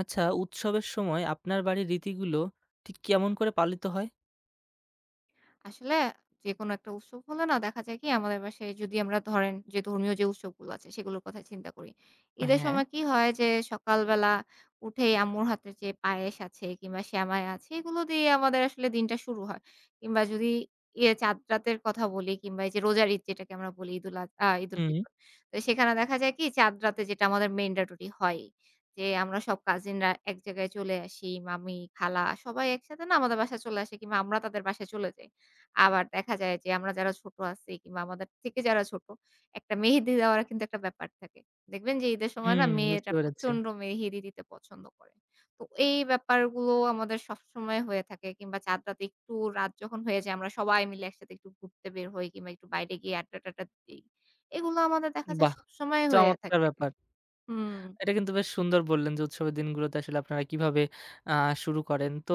আচ্ছা, উৎসবের সময় আপনার বাড়ির রীতিগুলো ঠিক কেমন করে পালিত হয়? আসলে যেকোনো একটা উৎসব হলে না দেখা যায় কি আমাদের বাসায় যদি আমরা ধরেন যে ধর্মীয় যে উৎসবগুলো আছে সেগুলোর কথা চিন্তা করি। ঈদের হ্যাঁ। সময় কি হয় যে সকালবেলা উঠেই আম্মুর হাতের যে পায়েস আছে কিংবা সেমাই আছে এগুলো দিয়ে আমাদের আসলে দিনটা শুরু হয়। কিংবা যদি চাঁদ রাতের কথা বলি কিংবা এই যে রোজার ঈদ যেটাকে আমরা বলি ঈদুল আজ আ ঈদুল হুম। ফিতর। তো সেখানে দেখা যায় কি চাঁদ রাতে যেটা আমাদের মেইন ডাটুটি হয়ই। যে আমরা সব কাজিনরা এক জায়গায় চলে আসি। মামি, খালা সবাই একসাথে না আমাদের বাসায় চলে আসে কিংবা আমরা তাদের বাসায় চলে যাই। আবার দেখা যায় যে আমরা যারা ছোট আছি কিংবা আমাদের থেকে যারা ছোট, একটা মেহেদি দেওয়ার কিন্তু একটা ব্যাপার থাকে। দেখবেন যে ঈদের সময় হুম, না বুঝতে মেয়েরা পেরেছি। প্রচন্ড মেহেদি দিতে পছন্দ করে। তো এই ব্যাপারগুলো আমাদের সবসময় হয়ে থাকে কিংবা চাঁদ রাতে একটু রাত যখন হয়ে যায় আমরা সবাই মিলে একসাথে একটু ঘুরতে বের হই কিংবা একটু বাইরে গিয়ে আড্ডা-টাড্ডা দেই। এগুলো আমাদের দেখা যায় বাহ! সবসময় হয়ে চমৎকার থাকে। ব্যাপার। হুম। এটা কিন্তু বেশ সুন্দর বললেন যে উৎসবের দিনগুলোতে আসলে আপনারা কিভাবে আ শুরু করেন। তো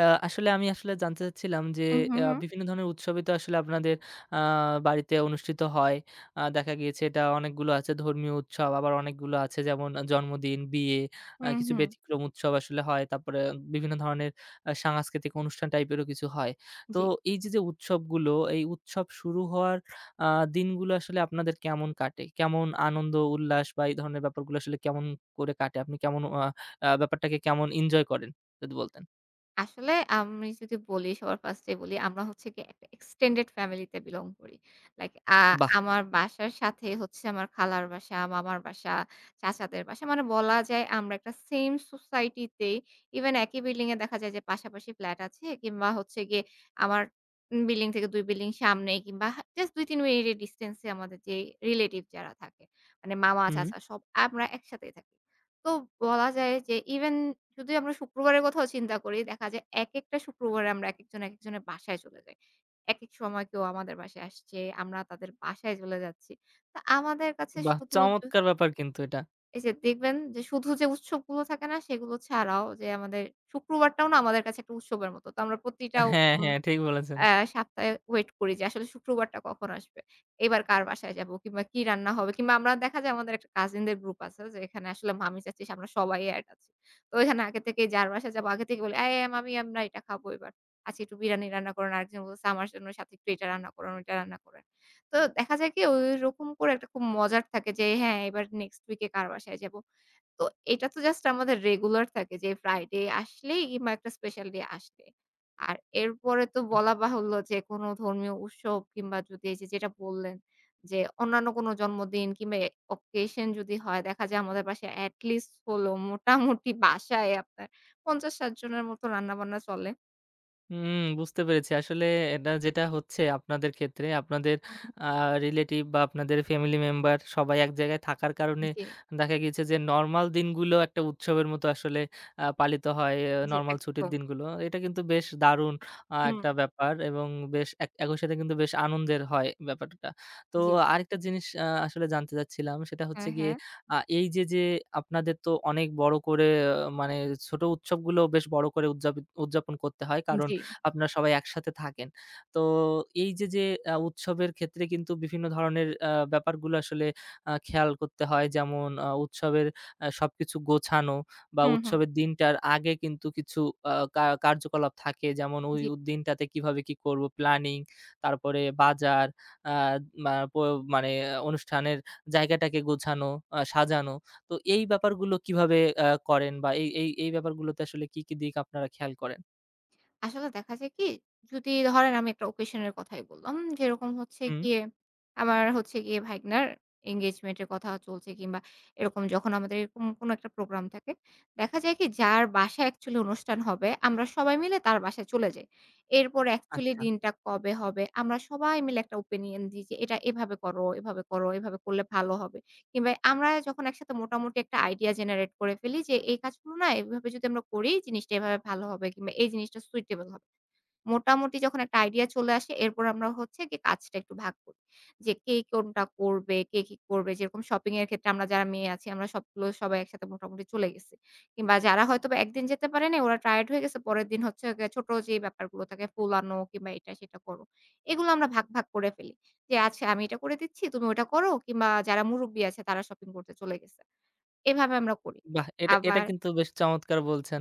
আ আসলে আমি আসলে জানতে চাচ্ছিলাম যে হুম, হুম, হুম। বিভিন্ন ধরনের উৎসবই তো আসলে আপনাদের আ বাড়িতে অনুষ্ঠিত হয়। দেখা গিয়েছে, এটা অনেকগুলো আছে ধর্মীয় উৎসব, আবার অনেকগুলো আছে যেমন জন্মদিন, বিয়ে, হুম, কিছু হুম। ব্যতিক্রম উৎসব আসলে হয়। তারপরে বিভিন্ন ধরনের সাংস্কৃতিক অনুষ্ঠান টাইপেরও কিছু হয়। তো জি। এই যে, উৎসবগুলো, এই উৎসব শুরু হওয়ার আ দিনগুলো আসলে আপনাদের কেমন কাটে? কেমন আনন্দ, উল্লাস বা এই ধরনের ব্যাপারগুলো আসলে কেমন করে কাটে? আপনি কেমন আ আ ব্যাপারটাকে কেমন এনজয় করেন? যদি বলতেন। আসলে আমি যদি বলি সবার 1st এ বলি, আমরা হচ্ছে গিয়ে একটা extended family তে belong করি। লাইক আ বাহ! আমার বাসার সাথে হচ্ছে আমার খালার বাসা, মামার বাসা, চাচাদের বাসা। মানে বলা যায় আমরা একটা সেম সোসাইটি তে ইভেন একই বিল্ডিং এ দেখা যায় যে পাশাপাশি ফ্ল্যাট আছে কিংবা হচ্ছে গিয়ে আমার বিল্ডিং থেকে ২ বিল্ডিং সামনে কিংবা হা জাস্ট ২-৩ মিনিটের ডিসট্যান্স এ আমাদের যে রিলেটিভ যারা থাকে, মানে মামা, হুম, চাচা সব আমরা একসাথেই থাকি। তো বলা যায় যে ইভেন যদি আমরা শুক্রবারের কথাও চিন্তা করি, দেখা যায় একেকটা শুক্রবারে আমরা একেকজন একেকজনের বাসায় চলে যাই। একেক সময় কেউ আমাদের বাসায় আসছে, আমরা তাদের বাসায় চলে যাচ্ছি। তো আমাদের কাছে বাহ! শুধু য চমৎকার ব্যাপার কিন্তু এটা। এই যে দেখবেন যে শুধু যে উৎসবগুলো থাকে না সেগুলো ছাড়াও যে আমাদের শুক্রবারটাও না আমাদের কাছে একটা উৎসবের মতো। তো আমরা প্রতিটাও হ্যাঁ, উম হ্যাঁ, ঠিক বলেছেন। অ্যা সপ্তাহে ওয়েট করি যে আসলে শুক্রবারটা কখন আসবে। এবার কার বাসায় যাবো কিংবা কি রান্না হবে কিংবা আমরা দেখা যায় আমাদের একটা কাজিনদের গ্রুপ আছে যে এখানে আসলে মামি চাচ্ছি আমরা সবাই এড আছি। তো এখানে আগে থেকেই যার বাসায় যাবো আগে থেকে বলি, "এই, এই মামি আমরা এটা খাবো এবার। আজকে একটু বিরিয়ানি রান্না করেন।" আরেকজন বলছে, "আচ্ছা, আমার জন্য সাথে একটু এটা রান্না করেন, ওইটা রান্না করেন।" তো দেখা যায় কি ওইরকম করে একটা খুব মজার থাকে যে হ্যাঁ, এবার নেক্সট উইকে কার বাসায় যাবো। তো এটা তো জাস্ট আমাদের রেগুলার থাকে যে ফ্রাইডে আসলেই কিংবা একটা স্পেশাল ডে আসলে। আর এরপরে তো বলা বাহুল্য যে কোনো ধর্মীয় উৎসব কিংবা যদি এই যে যেটা বললেন যে অন্যান্য কোনো জন্মদিন কিংবা অকেশন যদি হয় দেখা যায় আমাদের বাসায় এট লিস্ট হলো মোটামুটি বাসায় আপনার ৫০-৬০ জনের মতো রান্নাবান্না চলে। হুম, বুঝতে পেরেছি। আসলে এটা যেটা হচ্ছে আপনাদের ক্ষেত্রে আপনাদের হুম। আ রিলেটিভ বা আপনাদের ফ্যামিলি মেম্বার সবাই এক জায়গায় থাকার কারণে জি, দেখা গিয়েছে যে নরমাল দিনগুলো একটা উৎসবের মতো আসলে পালিত হয়, জি নরমাল ছুটির একদম। দিনগুলো। এটা কিন্তু বেশ দারুণ হুম, একটা ব্যাপার এবং বেশ একই সাথে কিন্তু বেশ আনন্দের হয় ব্যাপারটা। তো জি। আরেকটা জিনিস আসলে জানতে চাচ্ছিলাম সেটা হচ্ছে হ্যাঁ, গিয়ে হ্যাঁ। এই যে, আপনাদের তো অনেক বড় করে, মানে ছোট উৎসবগুলো বেশ বড় করে উদযাপন করতে হয় কারণ জি। আপনারা সবাই একসাথে থাকেন। তো এই যে, যে আ উৎসবের ক্ষেত্রে কিন্তু বিভিন্ন ধরনের ব্যাপারগুলো আসলে খেয়াল করতে হয়। যেমন উৎসবের সবকিছু গোছানো বা হুম, হুম। উৎসবের দিনটার আগে কিন্তু কিছু আ কা কার্যকলাপ থাকে। যেমন ওই জি। উ দিনটাতে কিভাবে কি করব, প্ল্যানিং, তারপরে বাজার, আ মা প মানে অনুষ্ঠানের জায়গাটাকে গোছানো, সাজানো। তো এই ব্যাপারগুলো কিভাবে করেন বা এই এই এই ব্যাপারগুলোতে আসলে কি, কি দিক আপনারা খেয়াল করেন? আসলে দেখা যায় কি? যদি ধরেন আমি একটা অকেশন এর কথাই বললাম। যেরকম হচ্ছে হুম, গিয়ে আমার হচ্ছে গিয়ে ভাইগনার এনগেজমেন্ট এর কথা চলছে কিংবা এরকম যখন আমাদের এরকম কোনো একটা প্রোগ্রাম থাকে, দেখা যায় কি? যার বাসায় অ্যাকচুয়ালি অনুষ্ঠান হবে, আমরা সবাই মিলে তার বাসায় চলে যাই। এরপরে অ্যাকচুয়ালি আচ্ছা। দিনটা কবে হবে? আমরা সবাই মিলে একটা ওপিনিয়ন দিই যে, "এটা এভাবে করো, এভাবে করো, এভাবে করলে ভালো হবে।" কিংবা আমরা যখন একসাথে মোটামুটি একটা আইডিয়া জেনারেট করে ফেলি যে এই কাজগুলো না এভাবে যদি আমরা করি জিনিসটা এভাবে ভালো হবে কিংবা এই জিনিসটা সুইটেবল হবে। মোটামুটি যখন একটা আইডিয়া চলে আসে এরপর আমরা হচ্ছে গিয়ে কাজটা একটু ভাগ করি। যে কে কোনটা করবে, কে কি করবে যেরকম শপিং এর ক্ষেত্রে আমরা যারা মেয়ে আছি আমরা সবগুলো সবাই একসাথে মোটামুটি চলে গেছি। কিংবা যারা হয়তোবা একদিন যেতে পারে নাই ওরা টায়ার্ড হয়ে গেছে পরের দিন হচ্ছে গিয়ে ছোট যে ব্যাপারগুলো থাকে ফুল আনো কিংবা এটা সেটা করো। এগুলো আমরা ভাগ, ভাগ করে ফেলি। যে আচ্ছা আমি এটা করে দিচ্ছি, তুমি ওটা করো কিংবা যারা মুরুব্বি আছে তারা শপিং করতে চলে গেছে। এভাবে আমরা করি। বাহ! এটা এটা আবার কিন্তু বেশ চমৎকার বলছেন।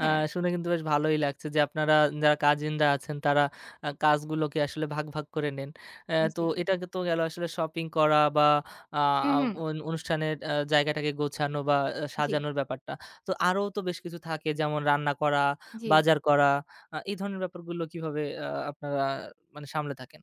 আ হ্যাঁ, শুনে কিন্তু বেশ ভালোই লাগছে যে আপনারা যারা কাজিনরা আছেন তারা কাজগুলোকে আসলে ভাগ, ভাগ করে নেন। তো জি। এটা তো গেল আসলে শপিং করা বা আ আ হুম, হুম। অনু অনুষ্ঠানের জায়গাটাকে গোছানো বা জি, সাজানোর ব্যাপারটা। তো আরো তো বেশ কিছু থাকে যেমন রান্না করা, জি। বাজার করা, এই ধরনের ব্যাপারগুলো কিভাবে আপনারা মানে সামলে থাকেন?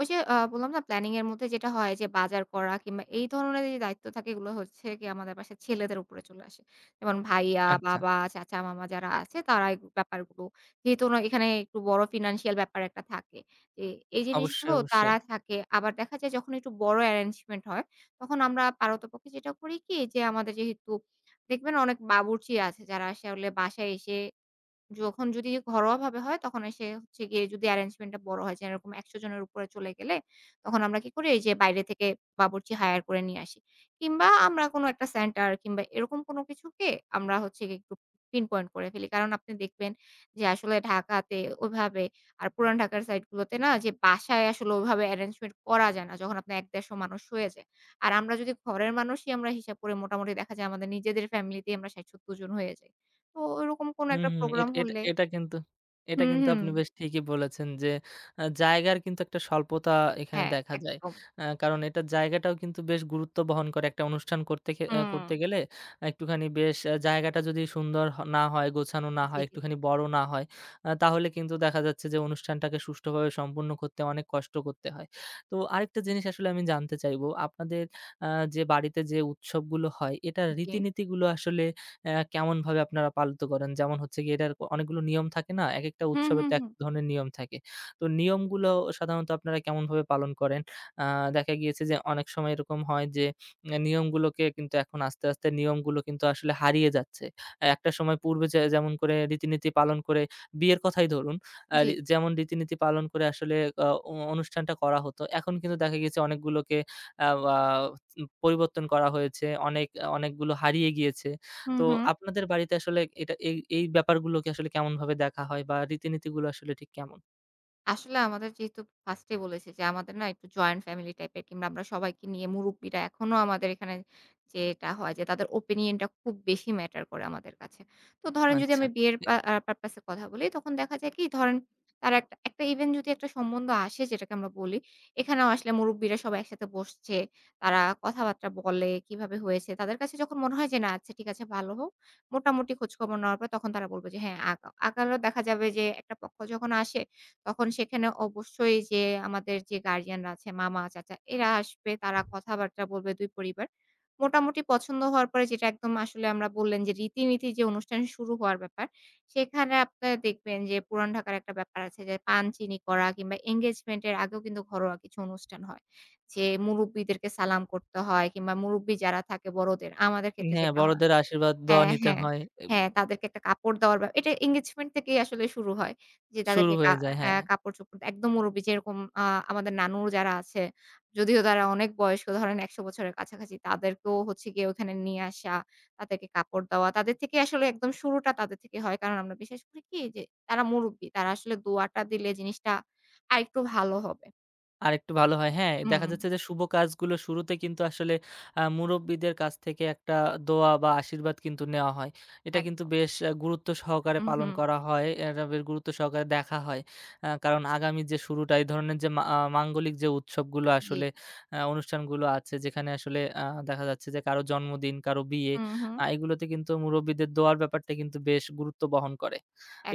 ওই যে বললাম না প্ল্যানিং এর মধ্যে যেটা হয় যে বাজার করা কিংবা এই ধরনের যে দায়িত্ব থাকে এগুলো হচ্ছে গিয়ে আমাদের বাসার ছেলেদের উপরে চলে আসে। যেমন ভাইয়া, আচ্ছা, বাবা, চাচা, মামা যারা আছে তারা এই ব্যাপারগুলো যেহেতু ওরা এখানে একটু বড় ফিন্যান্সিয়াল ব্যাপার একটা থাকে। যে এই অবশ্যই, জিনিসগুলো অবশ্যই। তারা থাকে। আবার দেখা যায় যখন একটু বড় অ্যারেঞ্জমেন্ট হয় তখন আমরা পারতপক্ষে যেটা করি কি যে আমাদের যেহেতু দেখবেন অনেক বাবুর্চি আছে যারা আসলে বাসায় এসে যখন যদি ঘরোয়াভাবে হয় তখন এসে হচ্ছে গিয়ে যদি arrangement টা বড় হয় যে এরকম ১০০ জনের উপরে চলে গেলে তখন আমরা কি করি এই যে বাইরে থেকে বাবুর্চি হায়ার করে নিয়ে আসি। কিংবা আমরা কোনো একটা সেন্টার কিংবা এরকম কোনো কিছুকে আমরা হচ্ছে গিয়ে একটু pinpoint করে ফেলি। কারণ আপনি দেখবেন যে আসলে ঢাকাতে ওইভাবে আর পুরান ঢাকার সাইড গুলোতে না যে বাসায় আসলে ওইভাবে arrangement করা যায় না যখন আপনার ১-১৫০ মানুষ হয়ে যায়। আর আমরা যদি ঘরের মানুষই আমরা হিসাব করে মোটামুটি দেখা যায় আমাদের নিজেদের ফ্যামিলিতেই আমরা ৬০-৭০ জন হয়ে যাই। তো ওইরকম কোনো হুম, একটা হুম। প্রোগ্রাম এটা এটা হলে এটা কিন্তু এটা হুম, কিন্তু হুম। আপনি বেশ ঠিকই বলেছেন যে, জায়গার কিন্তু একটা স্বল্পতা এখানে হ্যাঁ, দেখা যায়। একদম। কারণ এটার জায়গাটাও কিন্তু বেশ গুরুত্ব বহন করে একটা অনুষ্ঠান হুম। করতে গেলে। একটুখানি বেশ, জায়গাটা যদি সুন্দর না হয়, গোছানো না জি, হয়, জি, একটুখানি বড় না হয়, তাহলে কিন্তু দেখা যাচ্ছে যে অনুষ্ঠানটাকে সুষ্ঠুভাবে সম্পূর্ণ করতে অনেক কষ্ট করতে হয়। তো আরেকটা জিনিস আসলে আমি জানতে চাইবো, আপনাদের আ যে বাড়িতে যে উৎসবগুলো হয়, এটার জি। রীতিনীতিগুলো আসলে কেমনভাবে আপনারা পালিত করেন? যেমন হচ্ছে গিয়ে এটার অনেকগুলো নিয়ম থাকে না? একেকটা হুম, উৎসবের হুম, তো এক হুম। ধরনের নিয়ম থাকে। তো নিয়মগুলো সাধারণত আপনারা কেমনভাবে পালন করেন? আ দেখা গিয়েছে যে অনেক সময় এরকম হয় যে নিয়মগুলোকে কিন্তু এখন আস্তে, আস্তে নিয়মগুলো কিন্তু আসলে হারিয়ে যাচ্ছে। আহ, একটা সময় পূর্বে যে যেমন করে রীতিনীতি পালন করে, বিয়ের কথাই ধরুন। আর জি। যেমন রীতিনীতি পালন করে আসলে আ অ অনুষ্ঠানটা করা হতো। এখন কিন্তু দেখা গিয়েছে অনেকগুলোকে আ আ পরিবর্তন করা হয়েছে। অনেকগুলো হারিয়ে গিয়েছে। হুম, তো হুম। আপনাদের বাড়িতে আসলে এই ব্যাপারগুলোকে আসলে কেমনভাবে দেখা হয় বা রীতিনীতিগুলো আসলে ঠিক কেমন? আসলে আমাদের যেহেতু 1st এই বলেছি যে, আমাদের না একটু জয়েন্ট ফ্যামিলি টাইপের কিংবা আমরা সবাইকে নিয়ে মুরুব্বিরা এখনো আমাদের এখানে যেটা হয় যে, তাদের ওপিনিয়ন টা খুব বেশি ম্যাটার করে আমাদের কাছে। তো ধরেন যদি আচ্ছা। আমি বিয়ের এ পা আ পারপাস এর কথা বলি, তখন দেখা যায় কি ধরেন তার একটা একটা ইভেন যদি একটা সম্বন্ধ আসে যেটাকে আমরা বলি, এখানেও আসলে মুরুব্বিরা সবাই একসাথে বসছে। তারা কথাবার্তা বলে কিভাবে হয়েছে। তাদের কাছে যখন মনে হয় যে, না আচ্ছা ঠিক আছে ভালো হোক। মোটামুটি খোঁজখবর নেওয়ার পর তখন তারা বলবে যে, হ্যাঁ আগালেও দেখা যাবে যে, একটা পক্ষ যখন আসে তখন সেখানে অবশ্যই যে আমাদের যে গার্ডিয়ানরা আছে মামা, চাচা এরা আসবে। তারা কথাবার্তা বলবে ২ পরিবার। মোটামুটি পছন্দ হওয়ার পরে যেটা একদম আসলে আমরা বললেন যে রীতিনীতি যে অনুষ্ঠান শুরু হওয়ার ব্যাপার, সেখানে আপনারা দেখবেন যে পুরান ঢাকার একটা ব্যাপার আছে যে পান চিনি করা কিংবা এনগেজমেন্ট এর আগেও কিন্তু ঘরোয়া কিছু অনুষ্ঠান হয়। যে মুরুব্বিদেরকে সালাম করতে হয় কিংবা মুরুব্বি যারা থাকে বড়দের আমাদের ক্ষেত্রে হ্যাঁ, যেটা হয় বড়দের আশীর্বাদ, দোয়া হ্যাঁ, নিতে হ্যাঁ। হয়। এব হ্যাঁ, তাদেরকে একটা কাপড় দেওয়ার ব্যাপ এটা engagement থেকেই আসলে শুরু হয়। যে শুরু তাদেরকে কা হয়ে যায়, অ্যা হ্যাঁ। কাপড়-চোপড় একদম মুরুব্বি যেরকম আমাদের নানু যারা আছে, যদিও তারা অনেক বয়স্ক ধরেন ১০০ বছরের কাছাকাছি তাদেরকেও হচ্ছে গিয়ে ওখানে নিয়ে আসা, তাদেরকে কাপড় দেওয়া। তাদের থেকে আসলে একদম শুরুটা তাদের থেকে হয়। কারণ আমরা বিশেষ করি কি যে তারা মুরুব্বি। তারা আসলে দোয়াটা দিলে জিনিসটা আরেকটু ভালো হবে। আরেকটু ভালো হয়। হ্যাঁ, হুম, দেখা যাচ্ছে যে শুভ কাজগুলো শুরুতে কিন্তু আসলে মুরুব্বিদের কাছ থেকে একটা দোয়া বা আশীর্বাদ কিন্তু নেওয়া হয়। এটা কিন্তু একদম। বেশ গুরুত্ব সহকারে হুম, পালন হুম। করা হয়। এটা বেশ গুরুত্ব সহকারে দেখা হয়। কারণ আগামী যে শুরুটা এই ধরনের যে মা আ মাঙ্গলিক যে উৎসবগুলো জি, জি। আসলে অনুষ্ঠানগুলো আছে যেখানে আসলে দেখা যাচ্ছে যে কারো জন্মদিন, কারো বিয়ে, হুম, হুম। এগুলোতে কিন্তু মুরুব্বিদের দোয়ার ব্যাপারটা কিন্তু বেশ গুরুত্ব বহন করে।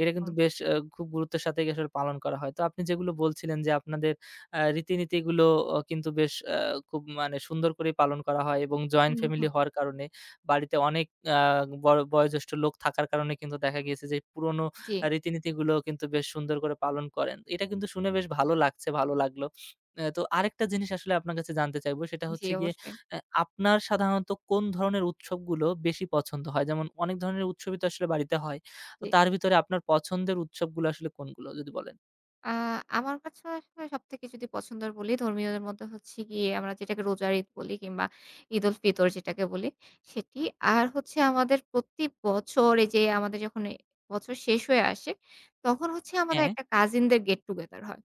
এটা কিন্তু বেশ ঠিক। খুব গুরুত্বের সাথেই আসলে পালন করা হয়। তো আপনি যেগুলো বলছিলেন যে আপনাদের রীতিনীতিগুলো কিন্তু বেশ খুব মানে সুন্দর করেই পালন করা হয় এবং জয়েন্ট হুম, ফ্যামিলি হুম। হওয়ার কারণে বাড়িতে অনেক আ বয় বয়োজ্যেষ্ঠ লোক থাকার কারণে কিন্তু দেখা গিয়েছে যে পুরনো জি, রীতিনীতিগুলো কিন্তু বেশ সুন্দর করে পালন করেন। এটা কিন্তু শুনে বেশ ভালো লাগছে, ভালো লাগলো। তো আরেকটা জিনিস আসলে আপনার কাছে জানতে চাইবো সেটা জি হচ্ছে গিয়ে অবশ্যই। আ আপনার সাধারণত কোন ধরনের উৎসবগুলো বেশি পছন্দ হয়? যেমন অনেক ধরনের উৎসবই তো আসলে বাড়িতে হয়। তো জি। তার ভিতরে আপনার পছন্দের উৎসবগুলো আসলে কোনগুলো যদি বলেন? আ আমার কাছে আসলে সবথেকে যদি পছন্দের বলি, ধর্মীয়দের মধ্যে হচ্ছে গিয়ে আমরা যেটাকে রোজার ঈদ বলি কিংবা ঈদুল ফিতর যেটাকে বলি সেটি। আর হচ্ছে আমাদের প্রতি বছর এই যে আমাদের যখন এ বছর শেষ হয়ে আসে, তখন হচ্ছে আমাদের হ্যাঁ, একটা কাজিনদের গেট টুগেদার হয়।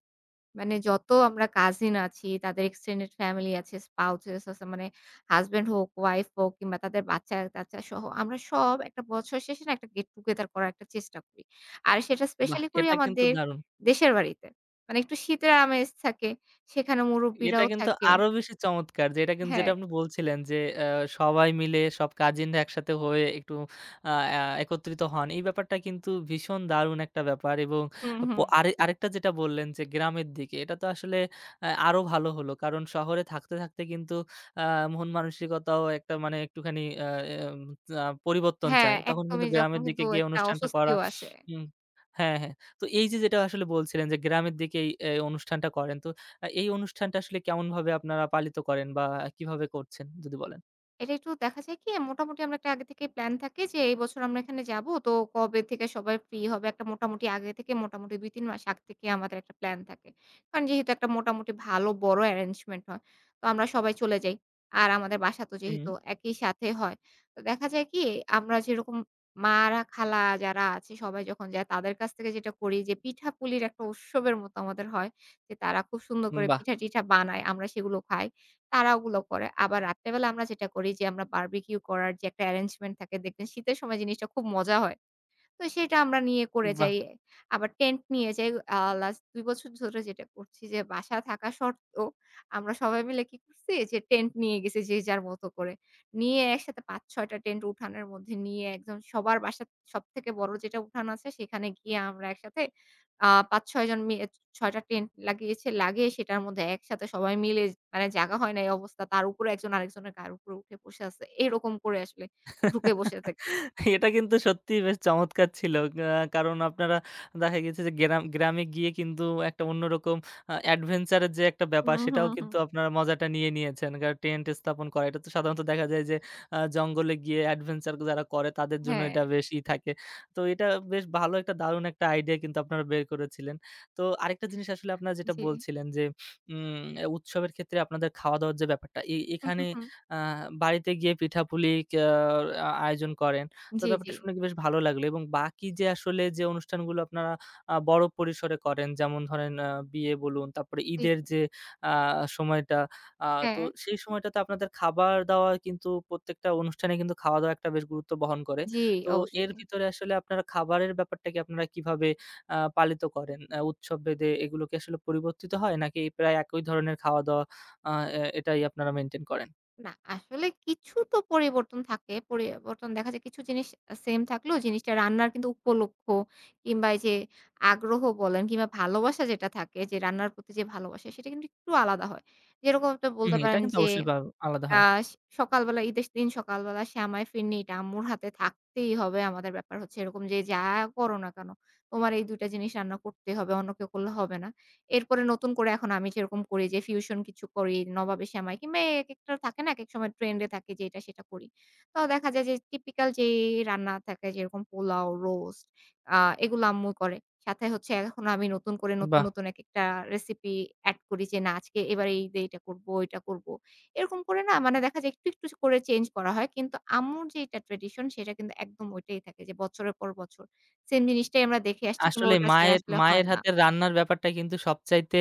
মানে যত আমরা কাজিন আছি, তাদের এক্সটেন্ডেড ফ্যামিলি আছে, স্পাউসেস আছে মানে হাসব্যান্ড হোক, ওয়াইফ হোক কিংবা তাদের বাচ্চা-কাচ্চা সহ আমরা সব একটা বছর শেষে না একটা গেট টুগেদার করার একটা চেষ্টা করি। আর সেটা বাহ! স্পেশালি করি এটা কিন্তু আমাদের দারুণ। দেশের বাড়িতে। মানে একটু শীতের আমেজ থাকে, সেখানে এটা মুরুব্বিরাও কিন্তু থাকে আরো বেশি চমৎকার, যে এটা কিন্তু হ্যাঁ, যেটা আপনি বলছিলেন যে আ সবাই মিলে সব কাজিনরা একসাথে হয়ে একটু আ আ একত্রিত হন। এই ব্যাপারটা কিন্তু ভীষণ দারুণ একটা ব্যাপার। এবং হুম, প হুম। আরে আরেকটা যেটা বললেন যে গ্রামের দিকে, এটা তো আসলে আরো ভালো হলো। কারণ শহরে থাকতে, থাকতে কিন্তু আ মন মানসিকতাও একটা, মানে একটুখানি আ এম আ পরিবর্তন হ্যাঁ, চায়। তখন কিন্তু একদমই যখন গ্রামের দিকে কিন্তু গিয়ে একটা অনুষ্ঠানটা করা। অস্বস্তিও আসে। হুম। হ্যাঁ, হ্যাঁ। তো এই যে যেটা আসলে বলছিলেন যে গ্রামের দিকেই এই এই অনুষ্ঠানটা করেন। তো এই অনুষ্ঠানটা আসলে কেমনভাবে আপনারা পালিত করেন বা কিভাবে করছেন, যদি বলেন? এটা একটু দেখা যায় কি মোটামুটি আমরা একটা আগে থেকে প্ল্যান থাকে যে এই বছর আমরা এখানে যাব তো কবে থেকে সবাই ফ্রি হবে একটা মোটামুটি আগে থেকে মোটামুটি ২-৩ মাস আগে থেকে আমাদের একটা প্ল্যান থাকে। কারণ যেহেতু একটা মোটামুটি ভালো বড় অ্যারেঞ্জমেন্ট হয়। তো আমরা সবাই চলে যাই। আর আমাদের বাসা তো হুম, যেহেতু একই সাথে হয়। তো দেখা যায় কি আমরা যেরকম মারা খালা যারা আছে সবাই যখন যায় তাদের কাছ থেকে যেটা করি যে পিঠাপুলির একটা উৎসবের মতো আমাদের হয়। যে তারা খুব সুন্দর করে বাহ! পিঠা-টিঠা বানায় আমরা সেগুলো খাই। তারা ওগুলো করে। আবার রাত্রেবেলা আমরা যেটা করি যে আমরা বারবিকিউ করার যে একটা অ্যারেঞ্জমেন্ট থাকে দেখবেন শীতের সময় জিনিসটা খুব মজা হয়। তো সেটা আমরা নিয়ে করে বাহ! যাই। আবার টেন্ট নিয়ে যাই। লাস্ট ২ বছর ধরে যেটা করছি যে বাসা থাকা সত্ত্বেও আমরা সবাই মিলে কি করছি যে টেন্ট নিয়ে গেছি যে যার মতো করে। নিয়ে একসাথে ৫-৬ টা টেন্ট উঠানের মধ্যে নিয়ে একদম সবার বাসার সবথেকে বড় যেটা উঠান আছে সেখানে গিয়ে আমরা একসাথে ৫-৬ জন মিলে ৬ টা টেন্ট লাগিয়েছে। লাগিয়ে সেটার মধ্যে একসাথে সবাই মিলে মানে জাগা হয় নাই অবস্থা। তার উপরে একজন আরেকজনের গার উপরে উঠে বসে আছে। এরকম করে আসলে ঢুকে বসে থাকি। এটা কিন্তু সত্যিই বেশ চমৎকার ছিল। কারণ আপনারা দেখা গেছে যে গ্রামে গিয়ে কিন্তু একটা অন্যরকম, adventure এর যে একটা ব্যাপার, হুম, সেটাও হুম, হুম। কিন্তু আপনারা মজাটা নিয়ে নিয়েছেন। কারণ টেন্ট স্থাপন করা এটা তো সাধারণত দেখা যায় যে জঙ্গলে গিয়ে adventure যারা করে তাদের জন্য হ্যাঁ। এটা বেশ ই থাকে। তো এটা বেশ ভালো একটা, দারুণ একটা আইডিয়া কিন্তু আপনারা বের করেছিলেন। তো আরেকটা জিনিস আসলে আপনারা যেটা জি। বলছিলেন যে, উম উৎসবের ক্ষেত্রে আপনাদের খাওয়া-দাওয়ার যে ব্যাপারটা হুম, এখানে, হুম, হুম। আ বাড়িতে গিয়ে পিঠাপুলি ক্যা আ আয়োজন করেন। তো জি, জি, ব্যাপারটা শুনে কি বেশ ভালো লাগলো। এবং বাকি যে আসলে যে অনুষ্ঠানগুলো আপনারা বড় পরিসরে করেন, যেমন ধরেন বিয়ে বলুন, তারপরে জি, ঈদের জি। যে আ সময়টা, আ তো হ্যাঁ, সেই সময়টাতে আপনাদের খাবার-দাবার কিন্তু, প্রত্যেকটা অনুষ্ঠানে কিন্তু খাওয়া-দাওয়া একটা বেশ গুরুত্ব বহন করে। জি, তো এর অবশ্যই। ভিতরে আসলে আপনারা খাবারের ব্যাপারটাকে আপনারা কিভাবে পালিত করেন? উৎসব ভেদে এগুলো কি আসলে পরিবর্তিত হয় নাকি প্রায় একই ধরনের খাওয়া-দাওয়া, আ এ এটাই আপনারা মেইনটেইন করেন? না, আসলে কিছু তো পরিবর্তন থাকে। পরিবর্তন দেখা যায় কিছু জিনিস সেম থাকলেও জিনিসটা রান্নার কিন্তু উপলক্ষ কিংবা এই যে আগ্রহ বলেন কিংবা ভালোবাসা যেটা থাকে যে রান্নার প্রতি যে ভালোবাসা সেটা কিন্তু একটু আলাদা হয়। যেরকম আপনি হুম, বলতে এটা পারেন কিন্তু যে অবশ্যই বা আলাদা আ হয়। স সকালবেলা ঈদের দিন সকালবেলা সেমাই, ফিরনিটা আম্মুর হাতে থাকতেই হবে। আমাদের ব্যাপার হচ্ছে এরকম যে, "যা করো না কেন, তোমার এই ২ টা জিনিস রান্না করতেই হবে, অন্য কেউ করলে হবে না।" এরপরে নতুন করে এখন আমি যেরকম করি যে, ফিউশন কিছু করি, নবাবী সেমাই কিংবা একেকটা থাকে না, একেক সময় ট্রেন্ড এ থাকে যে এটা সেটা করি। তো দেখা যায় যে টিপিক্যাল যেই রান্না থাকে যেরকম পোলাও, রোস্ট আ এগুলো আম্মু করে। সাথে হচ্ছে এখন আমি নতুন করে নতুন, বাহ! নতুন একেকটা রেসিপি এড করি যে, "না আজকে এবার এই দিয়ে এটা করব, ওইটা করব।" এরকম করে না মানে দেখা যায় একটু, একটু করে চেঞ্জ করা হয়। কিন্তু আম্মুর যেটা ট্র্যাডিশন সেটা কিন্তু একদম ওইটাই থাকে যে বছরের পর বছর সেম জিনিসটাই আমরা দেখে আসছি কিংবা আসলে ওটা ছাড়া মায়ের আসলে মায়ের হয় না। হাতের রান্নার ব্যাপারটা কিন্তু সবচাইতে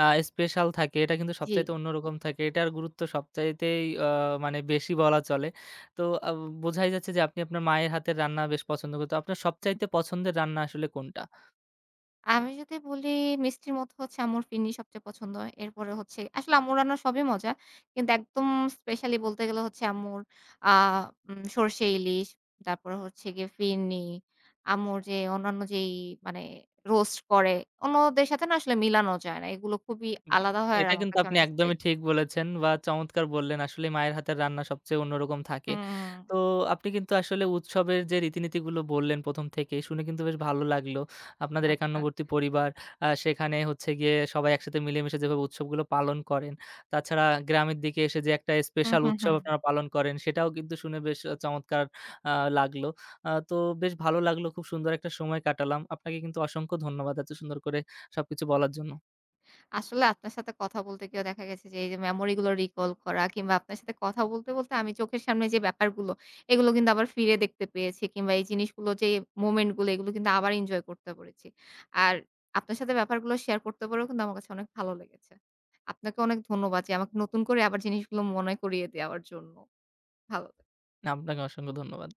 আ স্পেশাল থাকে। এটা কিন্তু জি। সবচাইতে অন্যরকম থাকে। এটার গুরুত্ব সবচাইতেই, মানে বেশি বলা চলে। তো আ বোঝাই যাচ্ছে যে আপনি আপনার মায়ের হাতের রান্না বেশ পছন্দ করতেন। আপনার সবচাইতে পছন্দের রান্না আসলে কোনটা? আমি যদি বলি মিষ্টির মধ্যে হচ্ছে আম্মুর ফিরনি সবচেয়ে পছন্দ। এরপরে হচ্ছে আসলে আম্মুর রান্না সবই মজা। কিন্তু একদম স্পেশালি বলতে গেলে হচ্ছে আম্মুর আ উম সরষে ইলিশ, তারপরে হচ্ছে গিয়ে ফিরনি, আম্মুর যে অন্যান্য যেই মানে রোস্ট করে অন্যদের সাথে না আসলে মিলানো যায় না। এগুলো খুবই উম আলাদা হয় আর এটা আমার কিন্তু কাছে আপনি অনেক একদমই স্পেশাল। ঠিক বলেছেন বা চমৎকার বললেন। আসলে মায়ের হাতের রান্না সবচেয়ে অন্যরকম থাকে। হুম, তো আপনি কিন্তু আসলে উৎসবের যে রীতিনীতিগুলো বললেন ১ম থেকেই, শুনে কিন্তু বেশ ভালো লাগলো। আপনাদের আচ্ছা। একান্নবর্তী পরিবার, সেখানে হচ্ছে গিয়ে সবাই একসাথে মিলেমিশে যেভাবে উৎসবগুলো পালন করেন। তাছাড়া গ্রামের দিকে এসে যে একটা হুম, স্পেশাল হুম, উৎসব হুম। আপনারা পালন করেন, সেটাও কিন্তু শুনে বেশ চমৎকার আ লাগলো। তো বেশ ভালো লাগলো। খুব সুন্দর একটা সময় কাটালাম। আপনাকে কিন্তু অসংখ্য ধন্যবাদ এত সুন্দর করে সবকিছু বলার জন্য। আসলে আপনার সাথে কথা বলতে গিয়েও দেখা গেছে যে এই যে মেমোরি গুলো রিকল করা কিংবা আপনার সাথে কথা বলতে, বলতে আমি চোখের সামনে যে ব্যাপারগুলো এগুলো কিন্তু আবার ফিরে দেখতে পেয়েছি কিংবা এই জিনিসগুলো যে মোমেন্ট গুলো এগুলো কিন্তু আবার এনজয় করতে পেরেছি। আর আপনার সাথে ব্যাপারগুলো শেয়ার করতে পেরেও কিন্তু আমার কাছে অনেক ভালো লেগেছে। আপনাকে অনেক ধন্যবাদ যে আমাকে নতুন করে আবার জিনিসগুলো মনে করিয়ে দেওয়ার জন্য। ভালো না, আপনাকে অসংখ্য ধন্যবাদ।